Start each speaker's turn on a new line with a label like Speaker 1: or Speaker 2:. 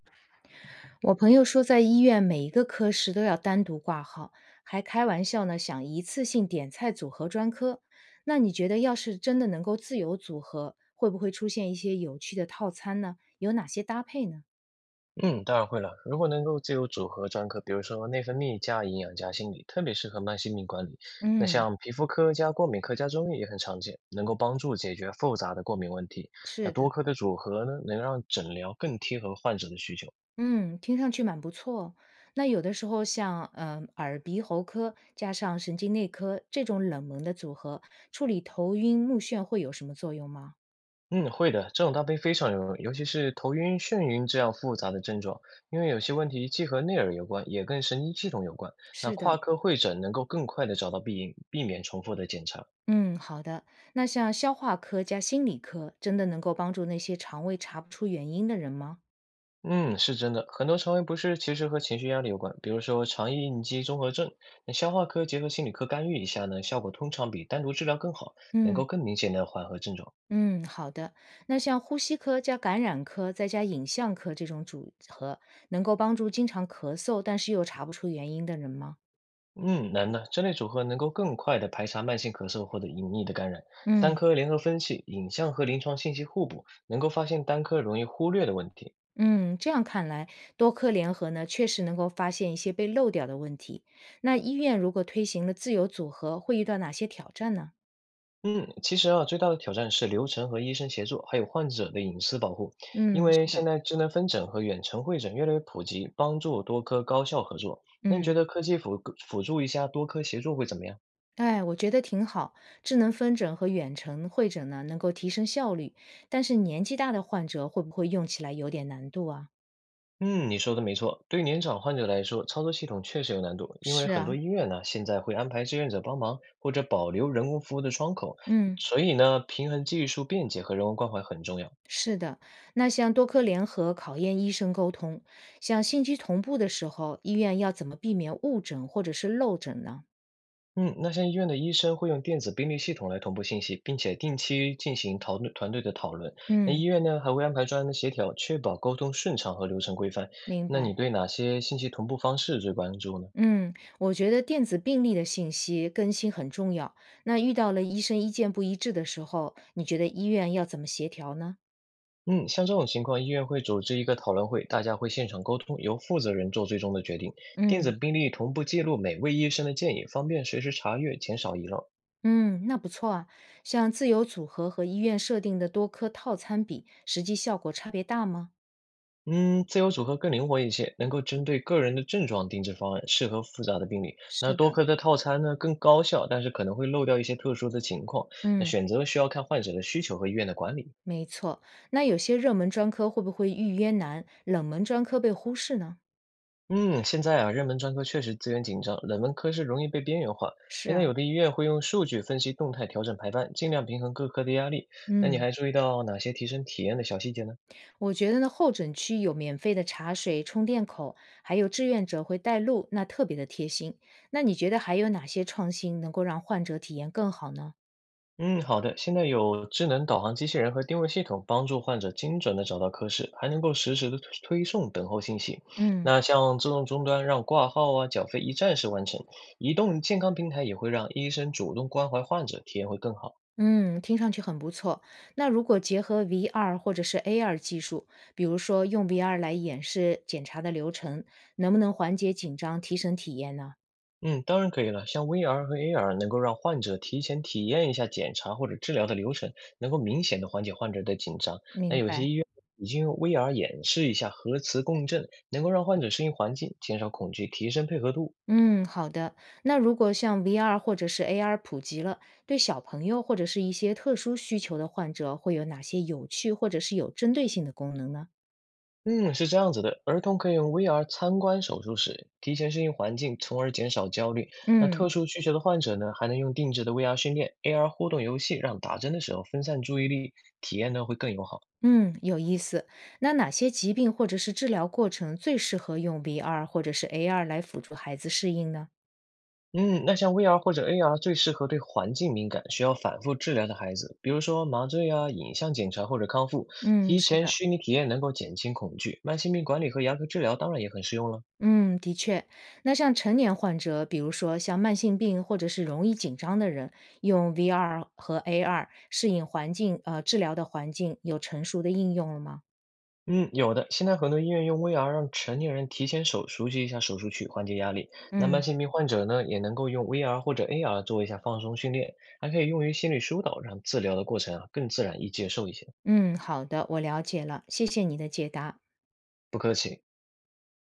Speaker 1: 我朋友说，在医院每一个科室都要单独挂号，还开玩笑呢，想一次性点菜组合专科。那你觉得，要是真的能够自由组合，会不会出现一些有趣的套餐呢？有哪些搭配呢？
Speaker 2: 嗯，当然会了。如果能够自由组合专科，比如说内分泌加营养加心理，特别适合慢性病管理。那
Speaker 1: 嗯，
Speaker 2: 像皮肤科加过敏科加中医也很常见，能够帮助解决复杂的过敏问题。
Speaker 1: 是
Speaker 2: 那多
Speaker 1: 的，
Speaker 2: 科的组合呢，能让诊疗更贴合患者的需求。
Speaker 1: 嗯，听上去蛮不错哦。那有的时候像，耳鼻喉科加上神经内科这种冷门的组合，处理头晕目眩会有什么作用吗？
Speaker 2: 嗯，会的，这种搭配非常有用，尤其是头晕、眩晕这样复杂的症状，因为有些问题既和内耳有关，也跟神经系统有关。那
Speaker 1: 是的，
Speaker 2: 跨科会诊能够更快的找到病因，避免重复的检查。
Speaker 1: 嗯，好的。那像消化科加心理科，真的能够帮助那些肠胃查不出原因的人吗？
Speaker 2: 嗯，是真的，很多肠胃不适其实和情绪压力有关，比如说肠易应激综合症。那消化科结合心理科干预一下呢，效果通常比单独治疗更好，能
Speaker 1: 嗯
Speaker 2: 够更明显的缓和症状。
Speaker 1: 嗯，好的。那像呼吸科加感染科再加影像科这种组合，能够帮助经常咳嗽但是又查不出原因的人吗？
Speaker 2: 嗯，难的，这类组合能够更快的排查慢性咳嗽或者隐匿的感染。三
Speaker 1: 嗯
Speaker 2: 科联合分析，影像和临床信息互补，能够发现单科容易忽略的问题。
Speaker 1: 嗯，这样看来，多科联合呢，确实能够发现一些被漏掉的问题。那医院如果推行了自由组合，会遇到哪些挑战呢？
Speaker 2: 嗯，其实啊，最大的挑战是流程和医生协作，还有患者的隐私保护。因
Speaker 1: 嗯，
Speaker 2: 为
Speaker 1: 是的，
Speaker 2: 现在智能分诊和远程会诊越来越普及，帮助多科高效合作。那你觉
Speaker 1: 嗯。
Speaker 2: 得科技辅助一下多科协作会怎么样？
Speaker 1: 哎，我觉得挺好。智能分诊和远程会诊呢，能够提升效率，但是年纪大的患者会不会用起来有点难度啊？
Speaker 2: 嗯，你说的没错，对年长患者来说，操作系统确实有难度，因为
Speaker 1: 是
Speaker 2: 很多
Speaker 1: 啊，
Speaker 2: 医院呢现在会安排志愿者帮忙，或者保留人工服务的窗口，
Speaker 1: 嗯，
Speaker 2: 所以呢，平衡技术便捷和人文关怀很重要。
Speaker 1: 是的。那像多科联合考验医生沟通，像信息同步的时候，医院要怎么避免误诊或者是漏诊呢？
Speaker 2: 嗯，那像医院的医生会用电子病历系统来同步信息，并且定期进行讨论团队的讨论。那医
Speaker 1: 嗯，
Speaker 2: 院呢，还会安排专人的协调，确保沟通顺畅和流程规范。
Speaker 1: 明
Speaker 2: 那你
Speaker 1: 白。
Speaker 2: 对哪些信息同步方式最关注呢？
Speaker 1: 嗯，我觉得电子病历的信息更新很重要。那遇到了医生意见不一致的时候，你觉得医院要怎么协调呢？
Speaker 2: 嗯，像这种情况，医院会组织一个讨论会，大家会现场沟通，由负责人做最终的决定。电子
Speaker 1: 嗯。
Speaker 2: 病历同步记录每位医生的建议，方便随时查阅，减少遗漏。
Speaker 1: 嗯，那不错啊。像自由组合和医院设定的多科套餐比，实际效果差别大吗？
Speaker 2: 嗯，自由组合更灵活一些，能够针对个人的症状定制方案，适合复杂的病例。那
Speaker 1: 是
Speaker 2: 多
Speaker 1: 的，
Speaker 2: 科的套餐呢，更高效，但是可能会漏掉一些特殊的情况。那
Speaker 1: 嗯，
Speaker 2: 选择需要看患者的需求和医院的管理。
Speaker 1: 没错。那有些热门专科会不会预约难，冷门专科被忽视呢？
Speaker 2: 嗯，现在啊，热门专科确实资源紧张，冷门科室容易被边缘化。
Speaker 1: 是
Speaker 2: 现在
Speaker 1: 啊，
Speaker 2: 有的医院会用数据分析动态调整排班，尽量平衡各科的压力。那你
Speaker 1: 嗯，
Speaker 2: 还注意到哪些提升体验的小细节呢？
Speaker 1: 我觉得呢，候诊区有免费的茶水、充电口，还有志愿者会带路，那特别的贴心。那你觉得还有哪些创新能够让患者体验更好呢？
Speaker 2: 嗯，好的。现在有智能导航机器人和定位系统帮助患者精准的找到科室，还能够实时的推送等候信息。
Speaker 1: 嗯。
Speaker 2: 那像自动终端让挂号啊、缴费一站式完成，移动健康平台也会让医生主动关怀患者，体验会更好。
Speaker 1: 嗯，听上去很不错。那如果结合 VR 或者是 AR 技术，比如说用 VR 来演示检查的流程，能不能缓解紧张，提升体验呢？
Speaker 2: 嗯，当然可以了。像 VR 和 AR 能够让患者提前体验一下检查或者治疗的流程，能够明显的缓解患者的紧张。那
Speaker 1: 明
Speaker 2: 有些
Speaker 1: 白。
Speaker 2: 医院已经用 VR 演示一下核磁共振，能够让患者适应环境，减少恐惧，提升配合度。
Speaker 1: 嗯，好的。那如果像 VR 或者是 AR 普及了，对小朋友或者是一些特殊需求的患者，会有哪些有趣或者是有针对性的功能呢？
Speaker 2: 嗯，是这样子的，儿童可以用 VR 参观手术室，提前适应环境，从而减少焦虑。那特
Speaker 1: 嗯
Speaker 2: 殊需求的患者呢，还能用定制的 VR 训练、AR 互动游戏，让打针的时候分散注意力，体验呢会更友好。
Speaker 1: 嗯，有意思。那哪些疾病或者是治疗过程最适合用 VR 或者是 AR 来辅助孩子适应呢？
Speaker 2: 嗯，那像 VR 或者 AR 最适合对环境敏感、需要反复治疗的孩子，比如说麻醉啊、影像检查或者康复，
Speaker 1: 嗯，
Speaker 2: 提
Speaker 1: 是
Speaker 2: 前
Speaker 1: 的，
Speaker 2: 虚拟体验能够减轻恐惧。慢性病管理和牙科治疗当然也很适用了。
Speaker 1: 嗯，的确。那像成年患者，比如说像慢性病或者是容易紧张的人，用 VR 和 AR 适应环境，治疗的环境有成熟的应用了吗？
Speaker 2: 嗯，有的。现在很多医院用 VR 让成年人提前手熟悉一下手术区，缓解压力。那慢
Speaker 1: 嗯
Speaker 2: 性病患者呢，也能够用 VR 或者 AR 做一下放松训练，还可以用于心理疏导，让治疗的过程啊更自然易接受一些。
Speaker 1: 嗯，好的，我了解了，谢谢你的解答。
Speaker 2: 不客气。